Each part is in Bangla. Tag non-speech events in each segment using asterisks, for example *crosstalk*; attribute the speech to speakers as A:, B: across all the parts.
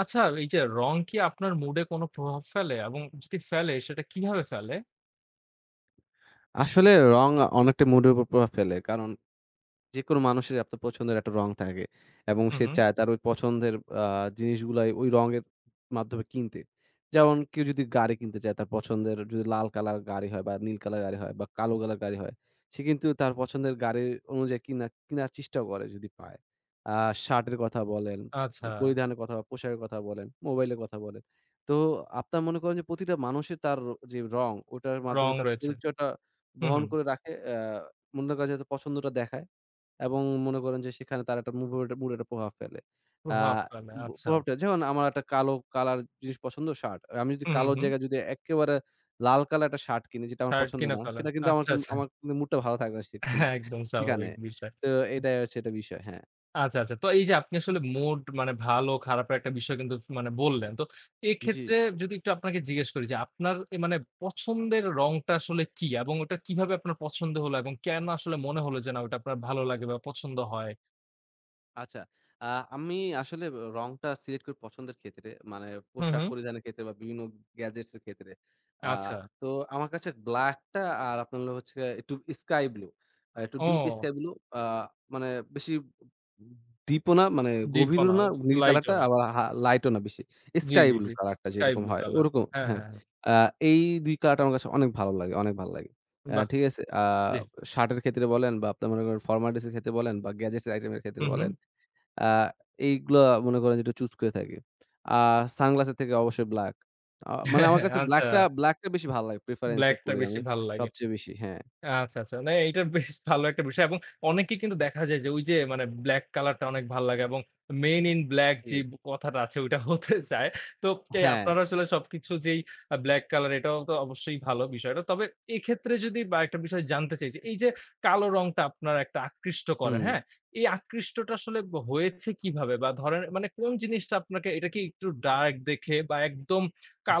A: আচ্ছা, এই যে রং কি আপনার মুড এ কোনো প্রভাব ফেলে? এবং যদি ফেলে সেটা কিভাবে ফেলে?
B: আসলে রং অনেকটা মুডের উপর প্রভাব ফেলে। কারণ যেকোনো মানুষেরই আপনার পছন্দের একটা রং থাকে এবং
A: হু,
B: সে
A: হুম।
B: চায় তার ওই পছন্দের আ জিনিসগুলাই ওই রঙের মাধ্যমে কিনতে। যেমন কেউ যদি গাড়ি কিনতে চায়, তার পছন্দের যদি লাল কালার গাড়ি হয় বা নীল কালার গাড়ি হয় বা কালো কালার গাড়ি হয়, সে কিন্তু তার পছন্দের গাড়ি অনুযায়ী কিনার চেষ্টাও করে যদি পায়। আ শার্টের কথা বলেন,
A: আচ্ছা,
B: পরিধানের কথা, পোশাকের কথা বলেন, মোবাইলের কথা বলেন। তো আপনার মনে করেন যে প্রতিটা মানুষের তার যে রং, ওটার মাধ্যমে
A: রং
B: তার
A: রয়েছে।
B: পরিচয়টা
A: হু,
B: বহন
A: হুম।
B: করে রাখে। মনে করেন যে পছন্দটা দেখায়। এবং মনে করেন যে সেখানে তার একটা মুডের একটা প্রভাব ফেলে। আ
A: প্রভাব ফেলে।
B: ব
A: আচ্ছা।
B: প্রভাবটা যেমন আমার একটা কালো কালার জিনিস পছন্দ শার্ট। আমি যদি
A: হু, হু,
B: কালোর
A: হুম।
B: জায়গায় যদি এক্কেবারে লাল কালার একটা শার্ট কিনি যেটা আমার
A: শার্ট
B: পছন্দ
A: কিনে
B: না,
A: ফেলেন।
B: সেটা কিন্তু
A: আচ্ছা, আচ্ছা।
B: আমার কিন্তু মুডটা ভালো থাকবে না সেক্ষণ
A: হ্যাঁ, একদম
B: সেখানে।
A: স্বাভাবিক বিষয়।
B: তো এটাই হচ্ছে একটা বিষয়। হ্যাঁ।
A: আচ্ছা, আচ্ছা। তো এই যে আপনি আসলে মুড মানে ভালো খারাপের একটা বিষয় কিন্তু বললেন। তো
B: জি।
A: এক্ষেত্রে যদি একটু আপনাকে জিজ্ঞেস করি যে আপনার এ মানে পছন্দের রংটা আসলে কি? এবং ওটা কিভাবে আপনার পছন্দ হলো এবং কেন আসলে মনে হলো যে না ওটা আপনার ভালো লাগে বা পছন্দ হয়?
B: আচ্ছা। আ আমি আসলে রংটা সিলেক্ট করি পছন্দের ক্ষেত্রে। মানে
A: হু,
B: পোশাক
A: হুম।
B: পরিধানের ক্ষেত্রে বা বিভিন্ন গ্যাজেটস এর ক্ষেত্রে। আ
A: আচ্ছা।
B: তো আমার কাছে ব্লাক টা আর আপনার হলো হচ্ছে একটু স্কাই ব্লু। একটু ডিপ
A: ও
B: স্কাই ব্লু। আ মানে বেশি ডিপ ও না, মানে
A: ডিপ ও
B: গভীরও
A: না,
B: না, নীল
A: লাইট ও
B: কালারটা
A: না।
B: আবার লাইট ও না বেশি।
A: জি,
B: স্কাই
A: জি,
B: ব্লু
A: জি।
B: কালারটা
A: স্কাই
B: যেরকম
A: ব্লু
B: হয়
A: কালার।
B: ওরকম।
A: হ্যাঁ,
B: হ্যাঁ।
A: হ্যাঁ, হ্যাঁ।
B: আ এই ২ কালারটা আমার কাছে অনেক ভালো লাগে, অনেক ভালো লাগে।
A: বাহ!
B: ঠিক আছে?
A: জি।
B: শার্টের ক্ষেত্রে বলেন বা আপনার মনে করেন ফরমাল ড্রেস এর ক্ষেত্রে বলেন বা গ্যাজেটস আইটেম এর ক্ষেত্রে
A: হু, হু।
B: বলেন, আ এইগুলা মনে করেন যে একটু চুজ করে থাকি। আর সানগ্লাসের থেকে অবশ্যই ব্লাক। মানে আমার
A: *laughs*
B: কাছে
A: আচ্ছা,
B: ব্লাক টা বেশি ভালো লাগে। প্রেফারেন্স এ
A: ব্লাক টা
B: করি
A: বেশি
B: আমি
A: ভাল লাগে।
B: সবচেয়ে বেশি। হ্যাঁ,
A: আচ্ছা, আচ্ছা। না এইটা বেশ ভালো একটা বিষয় এবং অনেকেই কিন্তু দেখা যায় যে ওই যে মানে ব্লাক কালারটা অনেক ভাল লাগে এবং মেন ইন ব্লাক
B: জি।
A: যে কথাটা আছে ওইটা *laughs* হতে চায়। তো কে
B: হ্যাঁ,
A: আপনারা আসলে সবকিছু যেই ব্লাক কালার এটাও তো অবশ্যই ভালো বিষয়টা। তবে এক্ষেত্রে যদি বা একটা বিষয় জানতে চাই যে এই যে কালো রংটা আপনার একটা আকৃষ্ট করে,
B: হুম,
A: হ্যাঁ? এই আকৃষ্টটা আসলে হয়েছে কিভাবে? বা ধরেন মানে কোন জিনিসটা আপনাকে এটা কি একটু ডার্ক দেখে বা একদম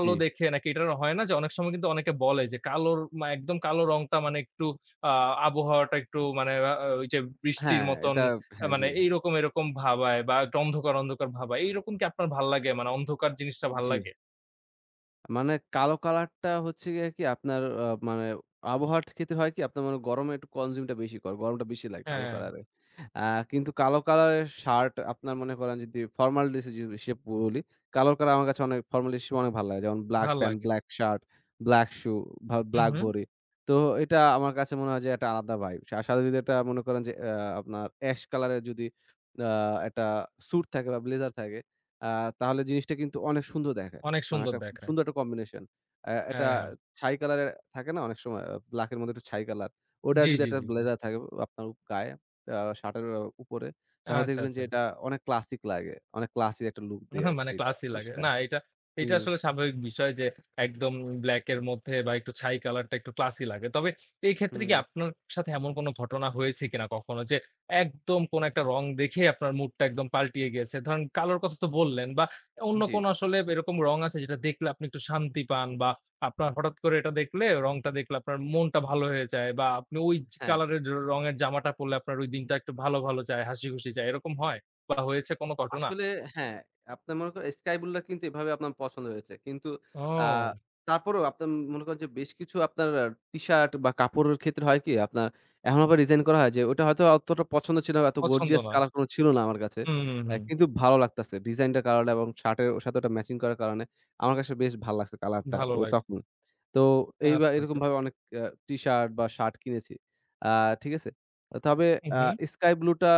B: জি।
A: দেখে নাকি এটা হয় না যে অনেক সময় কিন্তু অনেকে বলে যে কালোর মা একদম কালো রংটা মানে একটু আ আবহাওয়াটা একটু মানে আ ওই যে বৃষ্টির
B: হ্যাঁ,
A: মতন
B: এটা
A: আ
B: হ্যাঁ, জি,
A: মানে এইরকম, এরকম ভাবায় বা একটু অন্ধকার, অন্ধকার ভাবায়। এইরকম কি আপনার ভাল লাগে? মানে অন্ধকার জিনিসটা ভাল
B: জি।
A: লাগে?
B: মানে কালো কালারটা হচ্ছে গিয়ে কি আপনার মানে আবহাওয়ার ক্ষেত্রে হয় কি আপনার মানে গরমে একটু consume টা বেশি করে। গরমটা বেশি লাগে কালো
A: হ্যাঁ,
B: কালারে। আ কিন্তু কালো কালারের শার্ট আপনার মনে করেন যদি ফরমাল ড্রেস যদি হিসেব বলি, কালো কালার আমার কাছে অনেক ফরমাল ড্রেস হিসেবে অনেক ভালো লাগে। যেমন ব্লাক
A: ভাল
B: প্যান্ট,
A: লাগে।
B: ব্লাক শার্ট, ব্লাক শু,
A: হু,
B: ব্লাক
A: হু।
B: ঘড়ি। তো এটা আমার কাছে মনে হয় যে একটা আলাদা ভাইব। আর সাথে যদি একটা মনে করেন যে আপনার অ্যাশ কালারের যদি আ একটা স্যুট থাকে বা ব্লেজার থাকে, আ তাহলে জিনিসটা কিন্তু অনেক সুন্দর দেখায়।
A: অনেক
B: মানে
A: সুন্দর
B: একটা
A: দেখায়।
B: সুন্দর একটা কম্বিনেশন। এটা
A: হ্যাঁ, হ্যাঁ।
B: ছাই কালারের থাকে না অনেক সময় ব্লাক এর মধ্যে একটু ছাই কালার। ওটা
A: জি,
B: যদি
A: জি,
B: একটা
A: জি, জি।
B: ব্লেজার থাকে আপনার গায়ে শার্টের উপরে, তাহলে
A: আচ্ছা,
B: দেখবেন যে
A: আচ্ছা।
B: এটা অনেক ক্লাসিক লাগে। অনেক ক্লাসি একটা লুক
A: *laughs*
B: দেয়
A: আহা মানে
B: এটা
A: ক্লাসি লাগে।
B: জিনিসটা।
A: না এটা, এটা
B: হুম,
A: আসলে স্বাভাবিক বিষয় যে একদম ব্লাক এর মধ্যে বা একটু ছাই কালারটা একটু ক্লাসি লাগে। তবে এই ক্ষেত্রে
B: হুম।
A: কি আপনার সাথে এমন কোনো ঘটনা হয়েছে কিনা কখনো? যে একদম কোনো একটা রং দেখে আপনার মুডটা একদম পাল্টিয়ে গিয়েছে। ধরেন কালোর কথা তো বললেন বা অন্য
B: জি,
A: কোনো আসলে এরকম রং আছে যেটা দেখলে আপনি একটু শান্তি পান বা আপনার হঠাৎ করে এটা দেখলে রংটা দেখলে আপনার মনটা ভালো হয়ে যায় বা আপনি ওই জ
B: হ্যাঁ।
A: কালারের র রঙের জামাটা পরলে আপনার ওই দিনটা একটু ভালো, ভালো যায়, হাসি খুশি যায়। এরকম হয় বা হয়েছে কোনো ঘটনা?
B: আসলে হ্যাঁ, আপনার মনে করেন স্কাই ব্লুটা কিন্তু এভাবে আপনার পছন্দ হয়েছে। কিন্তু আ
A: ও।
B: তারপরেও আপনার মনে করেন যে বেশ কিছু আপনার টি-শার্ট বা কাপড়ের ক্ষেত্রে হয় কি আপনার এখন আবার ডিজাইন করা হয় যে ওটা হয়তো অতটা পছন্দ ছিল না, এত
A: পছন্দ
B: গর্জিয়াস
A: না।
B: কালার কোন ছিল না আমার কাছে।
A: হুম, হুম, হুম।
B: কিন্তু ভালো লাগতাছে। ডিজাইনটার কারণে এবং শার্টের ওর সাথে ওটা ম্যাচিং করার কারণে আমার কাছে বেশ ভাল লাগছে কালারটা
A: ভালো
B: ও
A: লাগে।
B: তখন। তো এই বা
A: আচ্ছা, আচ্ছা।
B: এরকমভাবে অনেক আ টি-শার্ট বা শার্ট কিনেছি। আ ঠিক আছে? তবে
A: হুম,
B: আ
A: হুম।
B: স্কাই ব্লুটা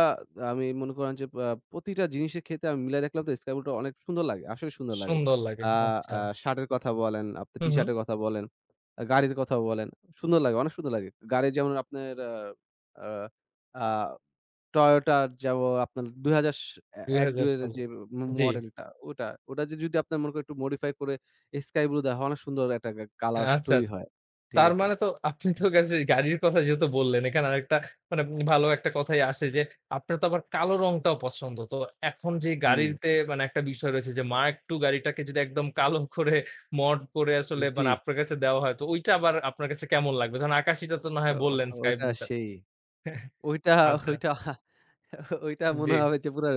B: আমি মনে করেন যে প্রতিটা জিনিসের ক্ষেত্রে আমি মিলাই দেখলাম তো স্কাই ব্লুটা অনেক সুন্দর লাগে। আসলে সুন্দর লাগে।
A: সুন্দর লাগে।
B: আ
A: আচ্ছা।
B: আ শার্টের কথা বলেন, আপনি
A: হুম, হুম।
B: টি-শার্টের কথা বলেন, গাড়ির কথা বলেন। সুন্দর লাগে, অনেক সুন্দর লাগে। গাড়ি যেমন আপনার আ আ আ Toyota র যেমন আপনার ২০০০ এ
A: ২০০০
B: ১-২ এর
A: সালে।
B: যে
A: জি।
B: মডেলটা ওটা, ওটা যে যদি আপনার মনে করেন একটু modify করে sky blue দেওয়া হয়, অনেক সুন্দর একটা কালার
A: আচ্ছা,
B: তৈরি
A: আচ্ছা।
B: হয়। ঠিক
A: তার
B: আছে?
A: মানে তো আপনি তো আসলে গাড়ির কথা যেহেতু বললেন, এখানে আরেকটা মানে ভালো একটা কথাই আসে যে আপনার তো আবার কালো রংটাও পছন্দ। তো এখন যে
B: হুম।
A: গাড়িতে মানে একটা বিষয় রয়েছে যে Mark II গাড়িটাকে যদি একদম কালো করে মড করে আসলে
B: জি।
A: মানে আপনার কাছে দেওয়া হয়, তো ওইটা আবার আপনার কাছে কেমন লাগবে? ধরেন আকাশিটা তো না হয়
B: ও
A: বললেন স্কাই
B: ওটা
A: ব্লু টা।
B: সেই। ওইটা,
A: আচ্ছা,
B: ওইটা, ওইটা
A: জি।
B: মনে হবে যে পুরা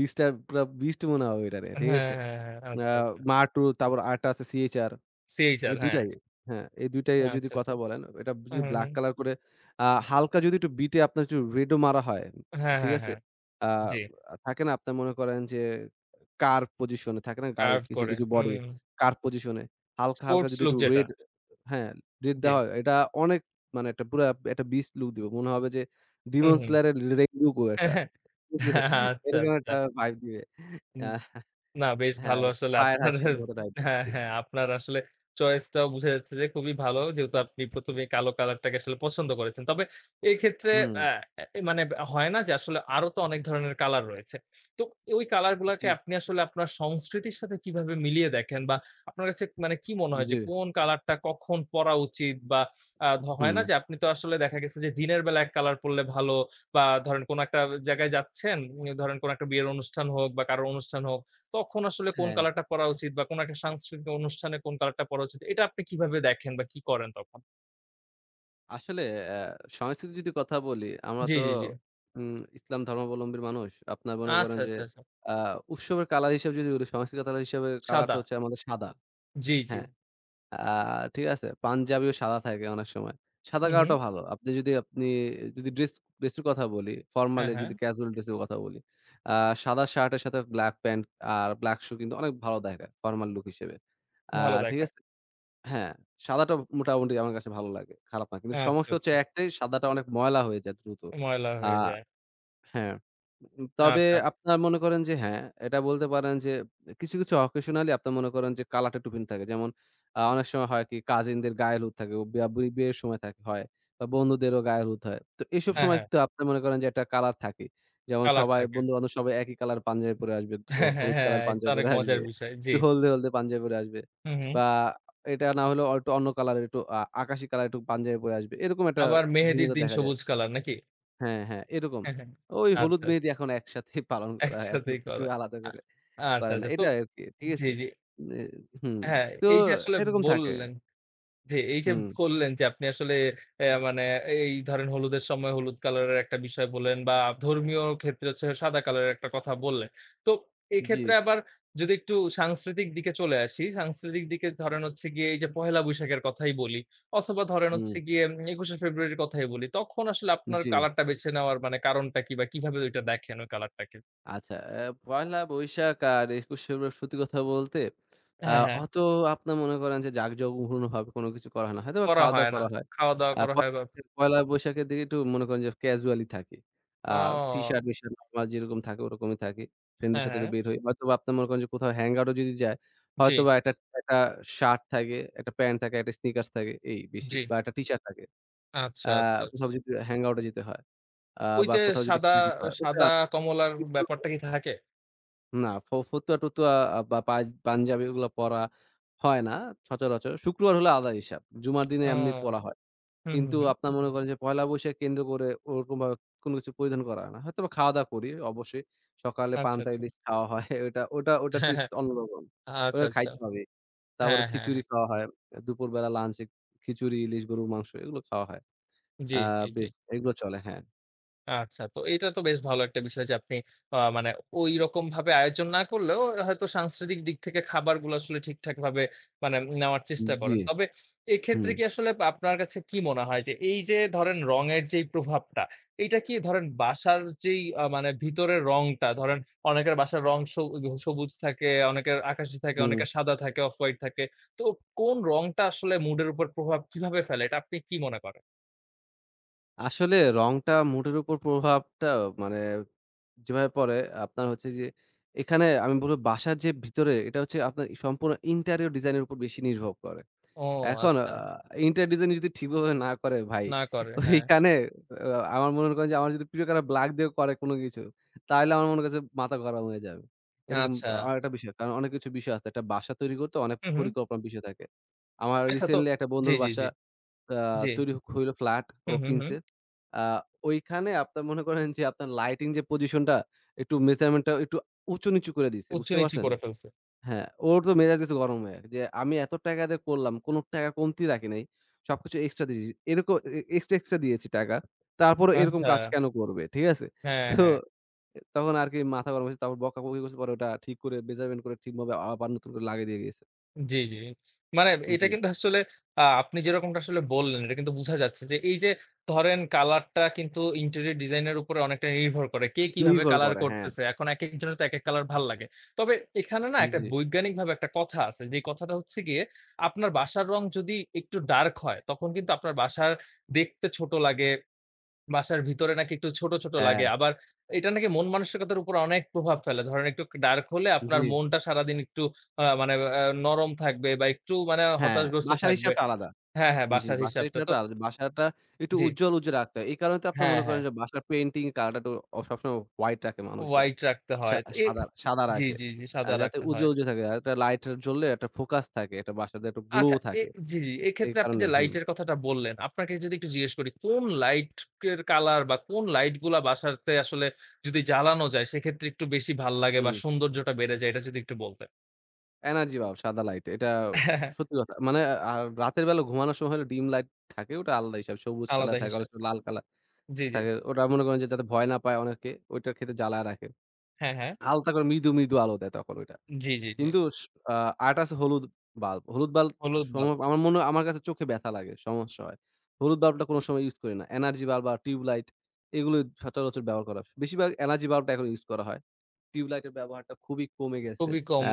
B: বিস্টার পুরা বিস্ট মনে হবে ওইটারে।
A: হ্যাঁ,
B: ঠিক
A: হ্যাঁ,
B: আছে?
A: হ্যাঁ। হ্যাঁ, হ্যাঁ,
B: আ
A: আচ্ছা, আচ্ছা।
B: মাহ 2। তারপর আরেকটা আছে CHR।
A: সিএইচআর
B: এই ২
A: হ্যাঁ।
B: টাই। হ্যাঁ, এই ২ টাই যদি
A: আচ্ছা,
B: কথা
A: আচ্ছা।
B: বলেন, এটা
A: হুম,
B: যদি ব্লাক
A: হুম।
B: কালার করে হালকা যদি একটু বিটে আপনার একটু রেডও মারা হয়,
A: হ্যাঁ, হ্যাঁ,
B: ঠিক
A: হ্যাঁ। হ্যাঁ,
B: আছে?
A: হ্যাঁ,
B: আ
A: জি।
B: থাকে না আপনার মনে করেন যে কার্ভ পজিশন এ থাকে না গাড়ির
A: কার্ভড
B: কিছু,
A: করে।
B: কিছু বডি
A: হুম।
B: কার্ভ পজিশন এ হালকা, হালকা
A: স্পোর্টস
B: যদি
A: লুক
B: একটু
A: যেটা।
B: রেড, হ্যাঁ, রেড
A: জি।
B: দেওয়া হয়, এটা অনেক মানে একটা পুরা একটা বিস্ট লুক দিবে। মনে হবে যে
A: হুম,
B: ডিমন
A: হুম।
B: স্লেয়ার এর রেইনবো
A: হ্যাঁ,
B: একটা।
A: হ্যাঁ,
B: ঠিক আছে?
A: আচ্ছা,
B: এরকম
A: আচ্ছা।
B: একটা ভাইব দিবে। আ
A: না, বেশ
B: হ্যাঁ,
A: ভালো আসলে
B: ফায়ার
A: আপনার
B: হাসির মতো
A: *laughs*
B: টাইপের।
A: হ্যাঁ,
B: জি।
A: হ্যাঁ, আপনার আসলে চয়েসটাও বোঝা যাচ্ছে যে খুবই ভালো। যেহেতু আপনি ১ম এই কালো কালারটাকে আসলে পছন্দ করেছেন। তবে এক্ষেত্রে
B: হুম,
A: অ্যা এ মানে হয় না যে আসলে আরো তো অনেক ধরনের কালার রয়েছে। তো ওই কালার গুলাকে
B: জি,
A: আপনি আসলে আপনার সংস্কৃতির সাথে কিভাবে মিলিয়ে দেখেন? বা আপনার কাছে মানে কি মনে হয়
B: জি।
A: যে কোন কালারটা কখন পরা উচিত? বা আ ধ হয়
B: হুম।
A: না যে আপনি তো আসলে দেখা গেছে যে দিনের বেলা এক কালার পড়লে ভালো বা ধরেন কোন একটা জায়গায় যাচ্ছেন, ধরেন কোন একটা বিয়ের অনুষ্ঠান হোক বা কারো অনুষ্ঠান হোক। তখন আসলে কোন
B: হ্যাঁ,
A: কালারটা পরা উচিত বা কোন একটা সাংস্কৃতিক অনুষ্ঠানে কোন কালারটা পরা উচিত, এটা আপনি কিভাবে দেখেন বা কি করেন তখন?
B: আসলে অ্যা সংস্কৃতির যদি কথা বলি, আমরা
A: জি,
B: তো
A: জি, জি।
B: ইসলাম ধর্মাবলম্বী মানুষ। আপনার মনে করেন
A: আচ্ছা,
B: যে
A: আচ্ছা, আচ্ছা।
B: আ উৎসবের কালার হিসেবে যদি বলি, সংস্কৃতির কালার হিসেবে কালারটা
A: সাদা।
B: হচ্ছে আমাদের সাদা।
A: জি, জি।
B: হ্যাঁ, আ ঠিক আছে? পাঞ্জাবিও সাদা থাকে অনেক সময়। সাদা
A: হুম, হুম।
B: কালারটা ভালো। আপনি যদি ড্রেসের কথা বলি,
A: হ্যাঁ,
B: ফরমালি
A: হ্যাঁ।
B: যদি ক্যাজুয়াল ড্রেসের কথা বলি, আ সাদা শার্টের সাথে ব্লাক প্যান্ট আর ব্লাক শু কিন্তু অনেক ভালো দেখায় ফরমাল লুক হিসেবে। আ
A: ভালো
B: ঠিক
A: দেখায়।
B: আছে? হ্যাঁ, সাদাটা মোটামুটি আমার কাছে ভালো লাগে। খারাপ না। কিন্তু
A: আচ্ছা,
B: সমস্যা হচ্ছে
A: আচ্ছা।
B: একটাই, সাদাটা অনেক ময়লা হয়ে যায় দ্রুত।
A: ময়লা
B: আ
A: হয়ে যায়।
B: হ্যাঁ।
A: আচ্ছা,
B: তবে
A: আচ্ছা।
B: আপনার মনে করেন যে হ্যাঁ, এটা বলতে পারেন যে কিছু, কিছু occasionally আপনার মনে করেন যে কালাটে টিফিন থাকে। যেমন অনেক সময় হয় কি কাজিনদের গায়ে হলুদ থাকে, বিয়া বুড়ি বিয়ের সময় থাকে হয় বা বন্ধুদেরও গায়ে হলুদ হয়। তো এসব হুম
A: হ্যাঁ,
B: সময়
A: হ্যাঁ।
B: তো আপনার মনে করেন যে একটা কালার থাকে। যেমন
A: কালার
B: সবাই
A: থাকে।
B: বন্ধু-বান্ধব সবাই একই কালার পাঞ্জাবি পরে আসবে, ও
A: হ্যাঁ, হ্যাঁ,
B: হলুদ
A: হ্যাঁ।
B: কালার
A: এটা
B: পাঞ্জাবি
A: অনেক
B: পরে
A: মজার
B: আসবে,
A: বিষয়। জি।
B: একটু হলদে, হলদে পাঞ্জাবি পরে আসবে
A: হুম, হুম।
B: বা এটা না হলেও একটু অন্য কালারের একটু আকাশি কালার একটু পাঞ্জাবি পরে আসবে। এরকম একটা
A: আবার মেহেদির
B: ভিন্নতা
A: দিন
B: দেখা যায়।
A: সবুজ কালার নাকি?
B: হ্যাঁ, হ্যাঁ, এরকম।
A: হ্যাঁ, হ্যাঁ।
B: ওই হলুদ
A: আচ্ছা,
B: মেহেদি
A: আচ্ছা।
B: এখন একসাথেই *laughs* পালন করা হয়। এত
A: একসাথেই
B: কিছু
A: করা।
B: আলাদা
A: আ
B: করে
A: আচ্ছা,
B: করে না।
A: আচ্ছা। তো
B: এটা আরকি। ঠিক
A: জি,
B: আছে?
A: জি।
B: নে হুম।
A: হ্যাঁ,
B: তো
A: এই যে আসলে
B: এরকম থাকে।
A: বললেন জি, এই যে
B: হুম।
A: বললেন যে আপনি আসলে অ্যা মানে এই ধরেন হলুদের সময় হলুদ কালারের একটা বিষয় বললেন বা ধর্মীয় ক্ষেত্রে হচ্ছে সাদা কালারের একটা কথা বললেন। তো
B: জি।
A: এক্ষেত্রে আবার যদি একটু সাংস্কৃতিক দিকে চলে আসি, সাংস্কৃতিক দিকে ধরেন হচ্ছে গিয়ে এই যে পহেলা বৈশাখের কথাই বলি অথবা ধরেন
B: হুম।
A: হচ্ছে গিয়ে ২১শে ফেব্রুয়ারির কথাই বলি। তখন আসলে আপনার
B: জি।
A: কালারটা বেছে নেওয়ার মানে কারণটা কি বা কিভাবে ওইটা দেখেন ওই কালারটাকে?
B: আচ্ছা, পহেলা বৈশাখ আর ২১ ফেব্রুয়ারি সত্যি কথা বলতে আ
A: হ্যাঁ, হ্যাঁ।
B: অত আপনার মনে করেন যে জাঁকজমকপূর্ণভাবে কোনো কিছু করা হয় না। হয়তোবা
A: করা
B: খাওয়া-দাওয়া
A: হয় না।
B: করা হয়।
A: খাওয়া-দাওয়া
B: আ
A: করা
B: পহেলা
A: হয় বা
B: পহেলা বৈশাখের দিকে একটু মনে করেন যে ক্যাজুয়ালি থাকি। আ
A: ও!
B: টি-শার্ট, মিশার্ট নরমাল যেরকম থাকে ওরকমই থাকি। ফ্রেন্ডদের
A: হ্যাঁ,
B: সাথে একটু
A: হ্যাঁ।
B: বের হই। হয়তোবা আপনার মনে করেন যে কোথাও হ্যাং আউট ও যদি যায়,
A: জি,
B: হয়তোবা একটা শার্ট থাকে, একটা প্যান্ট থাকে, একটা স্নিকার্স থাকে এই বেশি
A: জি।
B: বা একটা টি-শার্ট থাকে। আ
A: আচ্ছা, আচ্ছা, আচ্ছা।
B: কোথাও যদি হ্যাং আউট এ যেতে হয়
A: ওই
B: বা
A: যে
B: কোথাও যদি
A: সাদা,
B: খেতে যেতে হয় ওটা
A: সাদা কমলার
B: কিন্তু
A: ব্যাপারটা কি থাকে?
B: না, ফতুয়া-টতুয়া বা পাঞ্জাবি ওগুলা পরা হয় না সচরাচর। শুক্রবার হলে আলাদা হিসাব। জুমার দিনে এমনি পরা
A: ও
B: হয়।
A: হুম, হুম,
B: কিন্তু
A: হুম।
B: আপনার মনে করেন যে পহেলা বৈশাখ কেন্দ্র করে ওরকমভাবে কোনো কিছু পরিধান করা হয় না। হয়তোবা খাওয়া-দাওয়া করি অবশ্যই। সকালে
A: আচ্ছা,
B: পান্তা
A: আচ্ছা।
B: ইলিশ খাওয়া হয়। *laughs* ওটা ওটা ওটা
A: হ্যাঁ,
B: টেস্ট
A: হ্যাঁ।
B: অন্যরকম।
A: আচ্ছা,
B: ওটা
A: আচ্ছা।
B: খাইতে হবে। তারপরে
A: হ্যাঁ, হ্যাঁ,
B: খিচুড়ি
A: হ্যাঁ।
B: খাওয়া হয়। দুপুরবেলা লাঞ্চে খিচুড়ি, ইলিশ, গরুর মাংস এগুলো খাওয়া হয়।
A: জি,
B: আ
A: জি, জি।
B: বেশ এগুলো চলে। হ্যাঁ।
A: আচ্ছা, তো এটা তো বেশ ভালো একটা বিষয় যে আপনি আ মানে ঐরকমভাবে আয়োজন না করলেও হয়তো সাংস্কৃতিক দিক থেকে খাবারগুলো আসলে ঠিকঠাকভাবে মানে নেওয়ার চেষ্টা
B: জি।
A: করেন। তবে এক্ষেত্রে
B: হুম,
A: কি আসলে আপনার কাছে কি মনে হয় যে এই যে ধরেন রঙের যেই প্রভাবটা, এইটা কি ধরেন বাসার যেই আ মানে ভিতরের রংটা ধরেন অনেকের বাসার রং সবুজ থাকে, অনেকের আকাশি থাকে,
B: হুম।
A: অনেকের সাদা থাকে, অফ হোয়াইট থাকে। তো কোন রংটা আসলে মুডের উপর প্রভাব কিভাবে ফেলে এটা আপনি কি মনে করেন?
B: আসলে রংটা মুডের উপর প্রভাবটা মানে যেভাবে পড়ে আপনার হচ্ছে যে এখানে আমি বলব বাসার যে ভিতরে এটা হচ্ছে আপনার সম্পূর্ণ ইন্টেরিয়র ডিজাইনের উপর বেশি নির্ভর করে।
A: ও
B: এখন
A: আচ্ছা,
B: ইন্টেরিয়র ডিজাইন যদি ঠিকভাবে না করে ভাই,
A: না করে, হ্যাঁ।
B: ওইখানে আমার মনে করেন যে আমার যদি প্রিয় কারো ব্লাক দিয়ে করে কোনো কিছু, তাহলে আমার মনে করছে মাথা গরম হয়ে যাবে। এরকম
A: আচ্ছা।
B: আরেকটা বিষয়। কারণ অনেক কিছু বিষয় আছে। একটা বাসা তৈরি করতে অনেক
A: হু, হু।
B: পরিকল্পনার বিষয় থাকে। আমার
A: আচ্ছা তো
B: রিসেন্টলি একটা
A: জি,
B: বন্ধুর
A: জি,
B: বাসা
A: জি,
B: আ
A: জি।
B: তৈরি হইল, ফ্ল্যাট
A: হু,
B: ও
A: হু, হু।
B: কিনছে। আ ওইখানে আপনার মনে করেন যে আপনার লাইটিং যে পজিশনটা একটু মেজারমেন্ট টা একটু উঁচু নিচু করে দিছে। বুঝতে
A: উঁচু-নিচু
B: পারছেন?
A: করে ফেলছে।
B: হ্যাঁ, ওর তো মেজাজ গেছে গরম হয়ে। গেছে যে আমি এত টাকা দিয়ে করলাম, কোনো টাকা কমতি রাখি নাই। সবকিছু এক্সট্রা দিয়েছি। এরকম এক্সট্রা, এক্সট্রা দিয়েছি টাকা। তারপরও এরকম
A: আচ্ছা।
B: কাজ কেন করবে? ঠিক আছে?
A: হ্যাঁ,
B: তো
A: হ্যাঁ।
B: তখন আরকি মাথা গরম হয়েছে। তারপর বকাবকি করছে। পরে ওটা ঠিক করে মেজারমেন্ট করে ঠিকভাবে আবার নতুন করে লাগিয়ে দিয়ে গেছে।
A: জি, জি। মানে এটা
B: জি।
A: কিন্তু আসলে আপনি যেরকমটা আসলে বললেন এটা কিন্তু বুঝা যাচ্ছে যে এই যে ধরেন কালারটা কিন্তু ইন্টেরিয়র ডিজাইন এর উপরে অনেকটা নির্ভর করে। কে কিভাবে
B: নির্ভর
A: কালার
B: করে। হ্যাঁ।
A: করতেছে। এখন একেকজনের তো একেক কালার ভাল লাগে। তবে এখানে না একটা
B: জি।
A: বৈজ্ঞানিকভাবে একটা কথা আছে। যে কথাটা হচ্ছে গিয়ে আপনার বাসার রং যদি একটু ডার্ক হয় তখন কিন্তু আপনার বাসার দেখতে ছোট লাগে বাসার ভিতরে নাকি একটু ছোট, ছোট
B: হ্যাঁ।
A: লাগে। আবার এটা নাকি মন মানসিকতার উপর অনেক প্রভাব ফেলে। ধরেন একটু ডার্ক হলে আপনার
B: জি।
A: মনটা সারাদিন একটু আ মানে আ নরম থাকবে বা একটু মানে
B: হ্যাঁ,
A: হতাশগ্রস্ত
B: বাসার
A: থাকবে।
B: হিসাবটা আলাদা।
A: হ্যাঁ, হ্যাঁ,
B: জি,
A: বাসার
B: বাসার
A: হিসাবটা তো
B: হিসাবটা আলাদা। বাসাটা একটু
A: জি।
B: উজ্জ্বল, উজ্জ্বল রাখতে হয়। এই কারণে তো আপনার
A: হ্যাঁ,
B: মনে করেন
A: হ্যাঁ।
B: যে বাসার পেইন্টিং কালারটা একটু সবসময় হোয়াইট রাখে মানুষজন।
A: হোয়াইট রাখতে
B: সা
A: হয়। তো এ
B: সাদা সাদা
A: জি,
B: রাখে।
A: জি, জি, সাদা
B: যাতে
A: রাখতে হয়।
B: উজ্জ্বল, উজ্জ্বল থাকে। আর একটা লাইট জ্বললে একটা ফোকাস থাকে। একটা বাসাতে একটা গ্লো
A: আচ্ছা এ
B: থাকে।
A: জি, জি।
B: এই
A: এক্ষেত্রে আপনি
B: কারণে
A: যে
B: হুম,
A: লাইটের কথাটা বললেন, আপনাকে যদি একটু জিজ্ঞেস করি কোন লাইট এর কালার বা কোন লাইট গুলা বাসাতে আসলে যদি জ্বালানো যায় সেক্ষেত্রে একটু বেশি ভাল লাগে বা
B: হুম।
A: সৌন্দর্যটা বেড়ে যায় এটা যদি একটু বলতেন?
B: এনার্জি ভাব সাদা লাইট। এটা
A: *laughs*
B: সত্যি কথা। মানে আর রাতের বেলা ঘুমানোর সময় হলে ডিম লাইট থাকে ওটা আলাদা হিসাব। সবুজ কালার
A: আলাদা
B: থাকে, অনেক
A: হিসাব।
B: সময় লাল কালার
A: জি, জি।
B: থাকে। ওটা মনে করেন যে যাতে ভয় না পায় অনেকে, ওইটার ক্ষেত্রে জ্বালায় রাখে।
A: হ্যাঁ, হ্যাঁ।
B: হালকা করে মৃদু, মৃদু আলো দেয় তখন ওইটা।
A: জি, জি, জি।
B: কিন্তু স আ আরেকটা আছে হলুদ বাল্ব। হলুদ বাল্ব
A: হলুদ
B: সম
A: বাল
B: আমার মনে হয় আমার কাছে চোখে ব্যাথা লাগে, সমস্যা হয়। হলুদ বাল্বটা কোনো সময় ইউজ করি না। এনার্জি বাল্ব বা টিউবলাইট এগুলো সচরাচর ব্যবহার করা। বেশিরভাগ এনার্জি বাল্বটা এখন ইউজ করা হয়। টিউবলাইটের ব্যবহারটা খুবই কমে গেছে।
A: খুবই কম
B: আ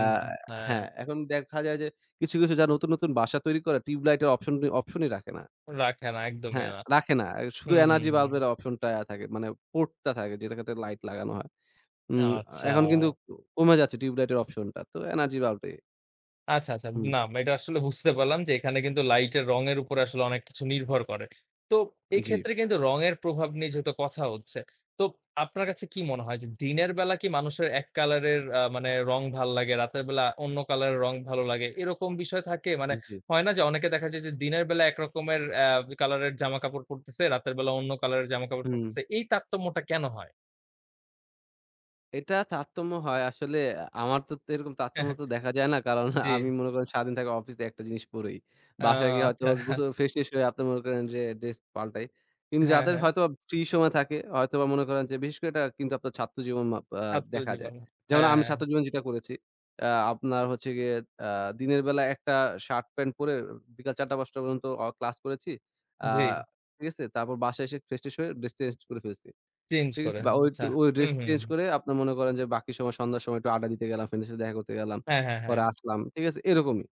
A: হ্যাঁ,
B: হ্যাঁ, এখন দেখা যায় যে কিছু, কিছু যারা নতুন, নতুন বাসা তৈরি করে টিউবলাইটের অপশনই রাখে না।
A: রাখে না, একদমই
B: হ্যাঁ,
A: না।
B: রাখে না। শুধু
A: হুম, হুম,
B: এনার্জি
A: হুম।
B: বাল্বের অপশনটা থাকে। মানে পোর্টটা থাকে যেটাতে লাইট লাগানো হয়। উম
A: আচ্ছা।
B: এখন কিন্তু কমে যাচ্ছে টিউবলাইটের অপশনটা। তো এনার্জি বাল্বটাই।
A: আচ্ছা, আচ্ছা।
B: হুম।
A: না, এটা আসলে বুঝতে পারলাম যে এখানে কিন্তু লাইটের রঙের উপরে আসলে অনেক কিছু নির্ভর করে। তো
B: জি,
A: এক্ষেত্রে কিন্তু রঙের প্রভাব নিয়ে যেহেতু কথা হচ্ছে। তো আপনার কাছে কি মনে হয় যে দিনের বেলা কি মানুষের এক কালারের আ মানে রং ভাল লাগে, রাতের বেলা অন্য কালারের রং ভালো লাগে এরকম বিষয় থাকে? মানে
B: জি।
A: হয় না যে অনেকে দেখা যায় যে দিনের বেলা একরকমের কালারের জামাকাপড় পরতেছে, রাতের বেলা অন্য কালারের জামাকাপড়
B: হুম।
A: পরতেছে। এই তারতম্যটা কেন হয়?
B: এটা তারতম্য হয় আসলে, আমার তো এরকম তারতম্য তো
A: *laughs*
B: দেখা যায় না। কারণ
A: জি।
B: আমি মনে করেন সারাদিন থাকি অফিসে একটা জিনিস পড়ি।
A: আ
B: বাসায় গিয়ে হয়তো
A: আচ্ছা।
B: গোসল ফ্রেশ-ট্রেশ হয়ে আপনি মনে করেন যে ড্রেস পাল্টাই। কিন্তু
A: হ্যাঁ,
B: যাদের
A: হ্যাঁ।
B: হয়তোবা ফ্রি সময় থাকে হয়তোবা মনে করেন যে বিশেষ করে এটা কিন্তু আপনার ছাত্র জীবন মাপ
A: ছাত্র
B: দেখা যায়।
A: জীবন।
B: যেমন
A: হ্যাঁ,
B: আমি
A: হ্যাঁ।
B: ছাত্র জীবন যেটা করেছি। আপনার হচ্ছে গিয়ে আ দিনের বেলা একটা শার্ট প্যান্ট পরে বিকাল ৪:০০-৫:০০ পর্যন্ত ক্লাস করেছি। আ
A: জি।
B: ঠিক আছে? তারপর বাসায় এসে ফ্রেশ-ট্রেশ হয়ে ড্রেস চেঞ্জ করে ফেলছি।
A: চেঞ্জ
B: ঠিক আছে?
A: করে।
B: বা
A: হ্যাঁ,
B: ওই একটু
A: আচ্ছা।
B: ওই ড্রেস
A: হুম, হুম।
B: চেঞ্জ
A: হুম।
B: করে আপনার মনে করেন যে বাকি সময় সন্ধ্যার সময় একটু আড্ডা দিতে গেলাম, ফ্রেন্ডের সাথে দেখা করতে গেলাম।
A: হ্যাঁ, হ্যাঁ, হ্যাঁ।
B: পরে আসলাম। ঠিক আছে? এরকমই।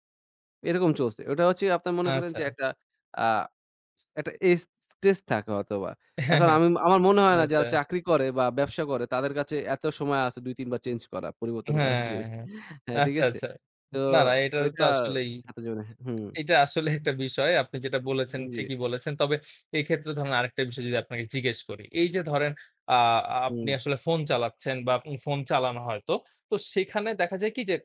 B: এরকম চলছে। ওটা হচ্ছে আপনার মনে করেন
A: আচ্ছা।
B: যে একটা আ একটা এস স্ট্রেস থাকে হয়তোবা।
A: হ্যাঁ,
B: এখন
A: হ্যাঁ।
B: আমি আমার মনে হয় না যারা
A: আচ্ছা।
B: চাকরি করে বা ব্যবসা করে তাদের কাছে এত সময় আছে ২-৩ বার চেঞ্জ করা, পরিবর্তন
A: হ্যাঁ,
B: করা
A: হ্যাঁ।
B: ড্রেস।
A: হ্যাঁ।
B: হ্যাঁ, ঠিক
A: আচ্ছা,
B: আছে?
A: আচ্ছা।
B: তো
A: না, না এটা তো
B: ওইটা
A: আসলেই
B: ছাত্র জীবনে হুম,
A: এটা আসলে একটা বিষয়। আপনি যেটা বলেছেন
B: জি,
A: ঠিকই বলেছেন। তবে এক্ষেত্রে ধরেন আরেকটা বিষয় যদি আপনাকে জিজ্ঞেস করি। এই যে ধরেন আ
B: হুম,
A: আপনি আসলে ফোন চালাচ্ছেন বা ফোন চালানো হয়তো। তো সেখানে দেখা যায় কি যে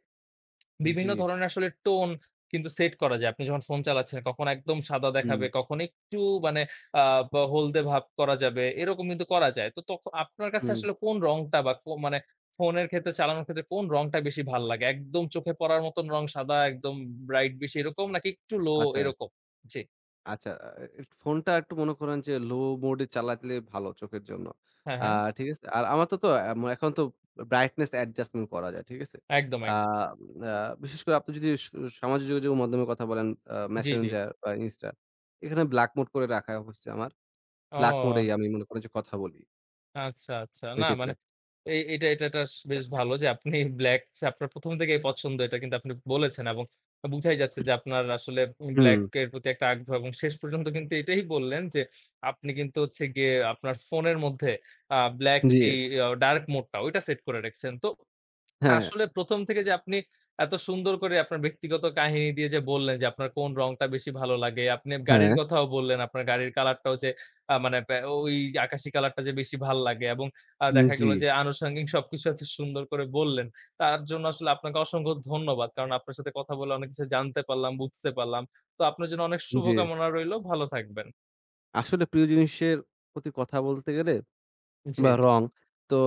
B: জি,
A: বিভিন্ন ধরনের আসলে টোন কিন্তু সেট করা যায়। আপনি যখন ফোন চালাচ্ছেন, কখন একদম সাদা
B: হুম,
A: দেখাবে, কখন একটু মানে আ বা হলদে ভাব করা যাবে। এরকম কিন্তু করা যায়। তো আপনার কাছে
B: হুম,
A: আসলে কোন রংটা বা কো মানে ফোনের ক্ষেত্রে চালানোর ক্ষেত্রে কোন রংটা বেশি ভাল লাগে? একদম চোখে পড়ার মতন রং সাদা, একদম ব্রাইট বেশি এরকম নাকি একটু লো
B: আচ্ছা।
A: এরকম? জি।
B: আচ্ছা, এ ফোনটা একটু মনে করেন যে লো মোড এ চালালে ভালো চোখের জন্য।
A: হ্যাঁ,
B: আ
A: হ্যাঁ।
B: ঠিক আছে? আর আমার তো, তো এখন তো ব্রাইটনেস অ্যাডজাস্টমেন্ট করা যায়। ঠিক আছে?
A: একদম,
B: আ
A: একদম।
B: আ বিশেষ করে আপনি যদি সামাজিক যোগাযোগের মাধ্যমের কথা বলেন,
A: জি, জি।
B: Messenger বা Insta, এখানে ব্লাক মোড করে রাখা হচ্ছে আমার। ব্লাক মোড
A: ও!
B: এই আমি মনে করি যে কথা বলি
A: আচ্ছা, আচ্ছা।
B: ওই
A: না
B: ক্ষেত্রে।
A: মানে এই এটা এটা টাস বেশ ভালো যে আপনি ব্লাক আপনার ১ম থেকেই পছন্দ এটা কিন্তু আপনি বলেছেন এবং বুঝাই যাচ্ছে যে আপনার আসলে
B: হুম,
A: ব্লাক এর প্রতি একটা আগ্রহ এবং শেষ পর্যন্ত কিন্তু এটাই বললেন যে আপনি কিন্তু হচ্ছে গিয়ে আপনার ফোনের মধ্যে ব্লাক
B: জি।
A: যেই ডার্ক মোড টা ওইটা সেট করে রেখেছেন। তো
B: হ্যাঁ,
A: আসলে ১ম থেকে যে আপনি এত সুন্দর করে আপনার ব্যক্তিগত কাহিনী দিয়ে যে বললেন যে আপনার কোন রংটা বেশি ভালো লাগে। আপনি
B: হ্যাঁ,
A: গাড়ির কথাও বললেন, আপনার গাড়ির কালারটা হচ্ছে আ মানে পে ওই যে আকাশি কালারটা যে বেশি ভাল লাগে এবং
B: উম,
A: দেখা
B: জি,
A: গেল যে আনুষঙ্গিক সবকিছু এত সুন্দর করে বললেন। তার জন্য আসলে আপনাকে অসংখ্য ধন্যবাদ। কারণ আপনার সাথে কথা বলে অনেক কিছু জানতে পারলাম, বুঝতে পারলাম। তো আপনার জন্য অনেক
B: জি।
A: শুভকামনা রইলো। ভালো থাকবেন।
B: আসলে প্রিয় জিনিসের প্রতি কথা বলতে গেলে
A: জি,
B: বা
A: জি।
B: রং তো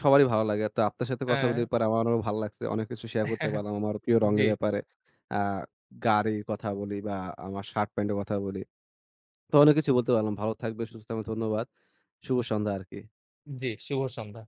B: সবারই ভালো লাগে। তো আপনার সাথে কথা
A: হ্যাঁ।
B: বলে পরে আমারও ভালো লাগছে। অনেক কিছু শেয়ার করতে
A: *laughs*
B: পারলাম আমার প্রিয়
A: জি,
B: রঙের ব্যাপারে। আ গাড়ির কথা বলি বা আমার শার্ট প্যান্টের কথা বলি। তো অনেক কিছু বলতে পারলাম। ভালো থাকবেন, সুস্থ থাকবেন। ধন্যবাদ। শুভ সন্ধ্যা আরকি।
A: জি। শুভ সন্ধ্যা।